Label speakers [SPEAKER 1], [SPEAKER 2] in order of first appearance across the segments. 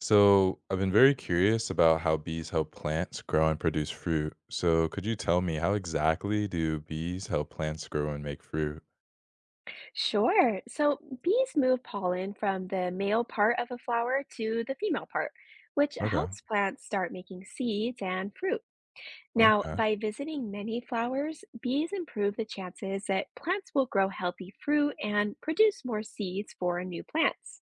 [SPEAKER 1] So, I've been very curious about how bees help plants grow and produce fruit. So, could you tell me how exactly do bees help plants grow and make fruit?
[SPEAKER 2] Sure. So bees move pollen from the male part of a flower to the female part, which
[SPEAKER 1] Okay,
[SPEAKER 2] helps plants start making seeds and fruit. Now,
[SPEAKER 1] okay,
[SPEAKER 2] by visiting many flowers, bees improve the chances that plants will grow healthy fruit and produce more seeds for new plants.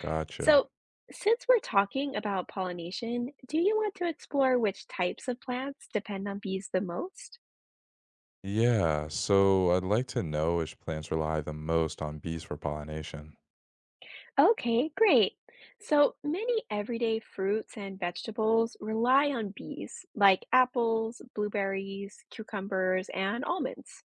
[SPEAKER 1] gotcha.
[SPEAKER 2] So, since we're talking about pollination, do you want to explore which types of plants depend on bees the most?
[SPEAKER 1] Yeah, so I'd like to know which plants rely the most on bees for pollination.
[SPEAKER 2] Okay, great. So many everyday fruits and vegetables rely on bees, like apples, blueberries, cucumbers, and almonds.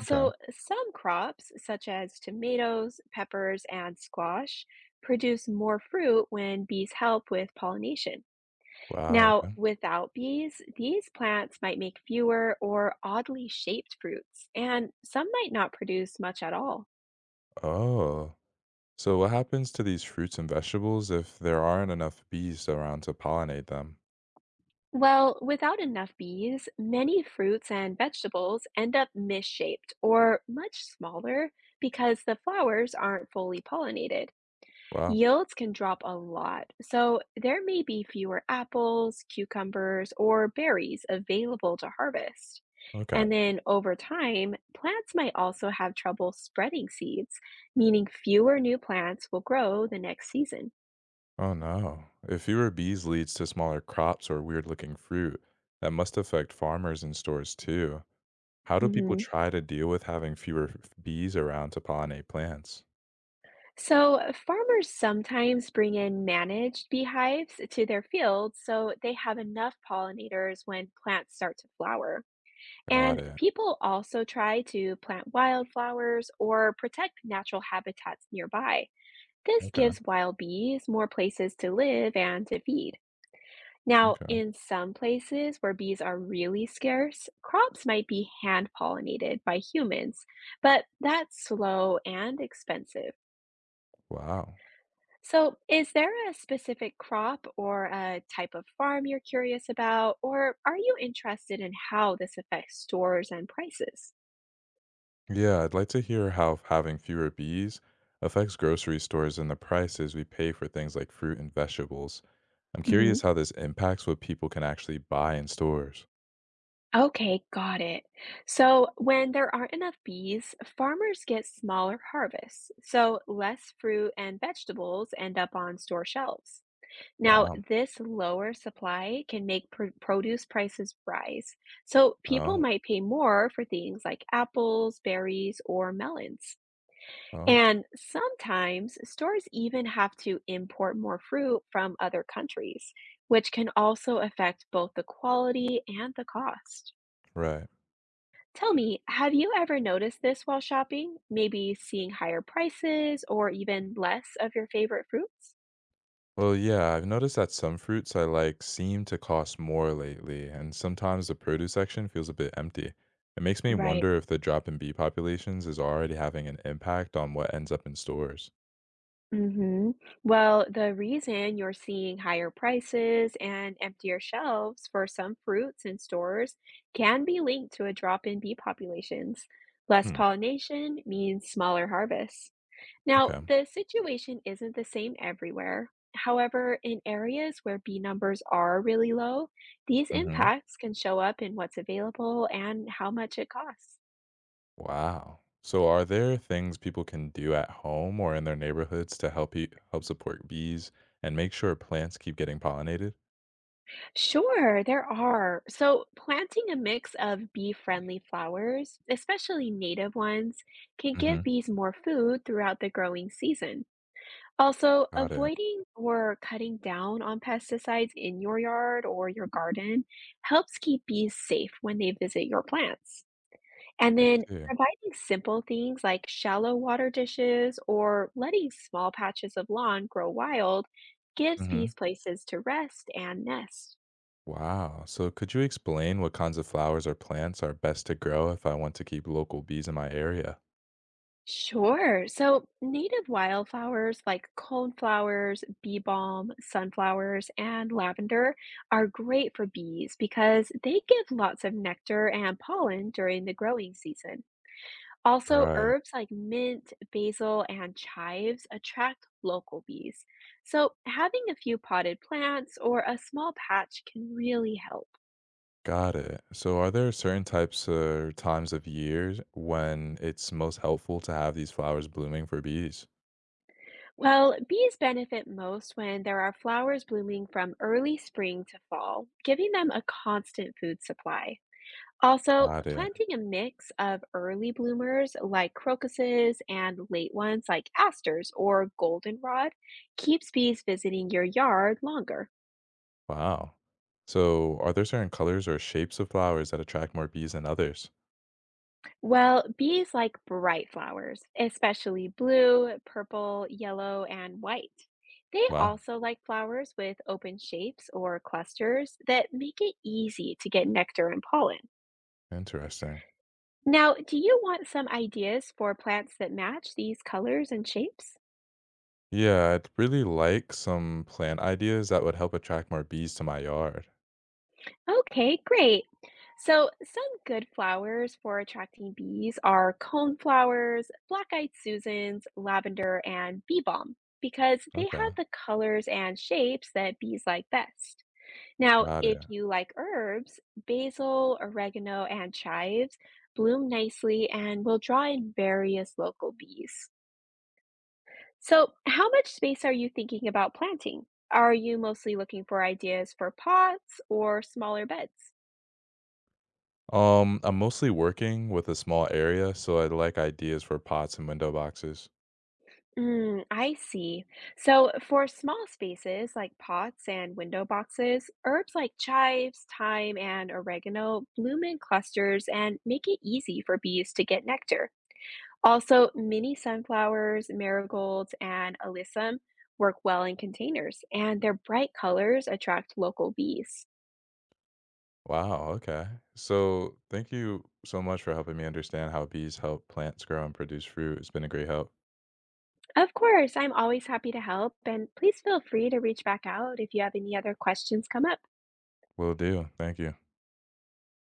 [SPEAKER 1] Okay.
[SPEAKER 2] some crops, such as tomatoes, peppers, and squash, produce more fruit when bees help with pollination.
[SPEAKER 1] Wow,
[SPEAKER 2] Now,
[SPEAKER 1] okay.
[SPEAKER 2] without bees, these plants might make fewer or oddly shaped fruits, and some might not produce much at all.
[SPEAKER 1] Oh, so what happens to these fruits and vegetables if there aren't enough bees around to pollinate them?
[SPEAKER 2] Well, without enough bees, many fruits and vegetables end up misshaped or much smaller because the flowers aren't fully pollinated.
[SPEAKER 1] Wow,
[SPEAKER 2] Yields can drop a lot, so there may be fewer apples, cucumbers, or berries available to harvest.
[SPEAKER 1] okay.
[SPEAKER 2] And then over time, plants might also have trouble spreading seeds, meaning fewer new plants will grow the next season.
[SPEAKER 1] Oh no. If fewer bees leads to smaller crops or weird looking fruit, that must affect farmers and stores too. How do people
[SPEAKER 2] Mhm.
[SPEAKER 1] try to deal with having fewer bees around to pollinate plants?
[SPEAKER 2] So, farmers sometimes bring in managed beehives to their fields so they have enough pollinators when plants start to flower.
[SPEAKER 1] Got
[SPEAKER 2] And
[SPEAKER 1] it.
[SPEAKER 2] people also try to plant wildflowers or protect natural habitats nearby. This
[SPEAKER 1] Okay.
[SPEAKER 2] gives wild bees more places to live and to feed. Now,
[SPEAKER 1] Okay.
[SPEAKER 2] in some places where bees are really scarce, crops might be hand pollinated by humans, but that's slow and expensive.
[SPEAKER 1] Wow.
[SPEAKER 2] So, is there a specific crop or a type of farm you're curious about, or are you interested in how this affects stores and prices?
[SPEAKER 1] Yeah, I'd like to hear how having fewer bees affects grocery stores and the prices we pay for things like fruit and vegetables. I'm
[SPEAKER 2] Hmm.
[SPEAKER 1] curious how this impacts what people can actually buy in stores.
[SPEAKER 2] Okay, got it. So, when there aren't enough bees, farmers get smaller harvests, so less fruit and vegetables end up on store shelves. Now,
[SPEAKER 1] Wow.
[SPEAKER 2] this lower supply can make produce prices rise. So people
[SPEAKER 1] Oh,
[SPEAKER 2] might pay more for things like apples, berries, or melons.
[SPEAKER 1] oh,
[SPEAKER 2] And sometimes stores even have to import more fruit from other countries, which can also affect both the quality and the cost.
[SPEAKER 1] right.
[SPEAKER 2] Tell me, have you ever noticed this while shopping? Maybe seeing higher prices or even less of your favorite fruits?
[SPEAKER 1] Well, yeah, I've noticed that some fruits I like seem to cost more lately, and sometimes the produce section feels a bit empty. It makes me
[SPEAKER 2] Right.
[SPEAKER 1] wonder if the drop in bee populations is already having an impact on what ends up in stores.
[SPEAKER 2] Mhm. Well, the reason you're seeing higher prices and emptier shelves for some fruits in stores can be linked to a drop in bee populations. Less
[SPEAKER 1] Hmm.
[SPEAKER 2] pollination means smaller harvests. Now,
[SPEAKER 1] Okay.
[SPEAKER 2] the situation isn't the same everywhere. However, in areas where bee numbers are really low, these
[SPEAKER 1] Mm-hmm.
[SPEAKER 2] impacts can show up in what's available and how much it costs.
[SPEAKER 1] Wow. So, are there things people can do at home or in their neighborhoods to help support bees and make sure plants keep getting pollinated?
[SPEAKER 2] Sure, there are. So, planting a mix of bee-friendly flowers, especially native ones, can give
[SPEAKER 1] Mm-hmm.
[SPEAKER 2] bees more food throughout the growing season. Also,
[SPEAKER 1] Got it.
[SPEAKER 2] avoiding or cutting down on pesticides in your yard or your garden helps keep bees safe when they visit your plants. And
[SPEAKER 1] I
[SPEAKER 2] then
[SPEAKER 1] see.
[SPEAKER 2] providing simple things like shallow water dishes or letting small patches of lawn grow wild gives
[SPEAKER 1] Mm-hmm.
[SPEAKER 2] bees places to rest and nest.
[SPEAKER 1] Wow. So could you explain what kinds of flowers or plants are best to grow if I want to keep local bees in my area?
[SPEAKER 2] Sure. So native wildflowers like coneflowers, bee balm, sunflowers, and lavender are great for bees because they give lots of nectar and pollen during the growing season. Also,
[SPEAKER 1] Right.
[SPEAKER 2] herbs like mint, basil, and chives attract local bees. So having a few potted plants or a small patch can really help.
[SPEAKER 1] Got it. So are there certain types or times of years when it's most helpful to have these flowers blooming for bees?
[SPEAKER 2] Well, bees benefit most when there are flowers blooming from early spring to fall, giving them a constant food supply. Also,
[SPEAKER 1] Got it.
[SPEAKER 2] planting a mix of early bloomers like crocuses and late ones like asters or goldenrod keeps bees visiting your yard longer.
[SPEAKER 1] Wow. So are there certain colors or shapes of flowers that attract more bees than others?
[SPEAKER 2] Well, bees like bright flowers, especially blue, purple, yellow, and white. They
[SPEAKER 1] Wow,
[SPEAKER 2] also like flowers with open shapes or clusters that make it easy to get nectar and pollen.
[SPEAKER 1] interesting.
[SPEAKER 2] Now, do you want some ideas for plants that match these colors and shapes?
[SPEAKER 1] Yeah, I'd really like some plant ideas that would help attract more bees to my yard.
[SPEAKER 2] Okay, great. So, some good flowers for attracting bees are cone flowers, black-eyed Susans, lavender, and bee balm because they
[SPEAKER 1] Okay,
[SPEAKER 2] have the colors and shapes that bees like best. Now,
[SPEAKER 1] got it.
[SPEAKER 2] if you like herbs, basil, oregano, and chives bloom nicely and will draw in various local bees. So, how much space are you thinking about planting? Are you mostly looking for ideas for pots or smaller beds?
[SPEAKER 1] I'm mostly working with a small area, so I'd like ideas for pots and window boxes.
[SPEAKER 2] Mm, I see. So, for small spaces like pots and window boxes, herbs like chives, thyme, and oregano bloom in clusters and make it easy for bees to get nectar. Also, mini sunflowers, marigolds, and alyssum work well in containers, and their bright colors attract local bees.
[SPEAKER 1] Wow, okay. So thank you so much for helping me understand how bees help plants grow and produce fruit. It's been a great help.
[SPEAKER 2] Of course, I'm always happy to help, and please feel free to reach back out if you have any other questions come up.
[SPEAKER 1] Will do. Thank you.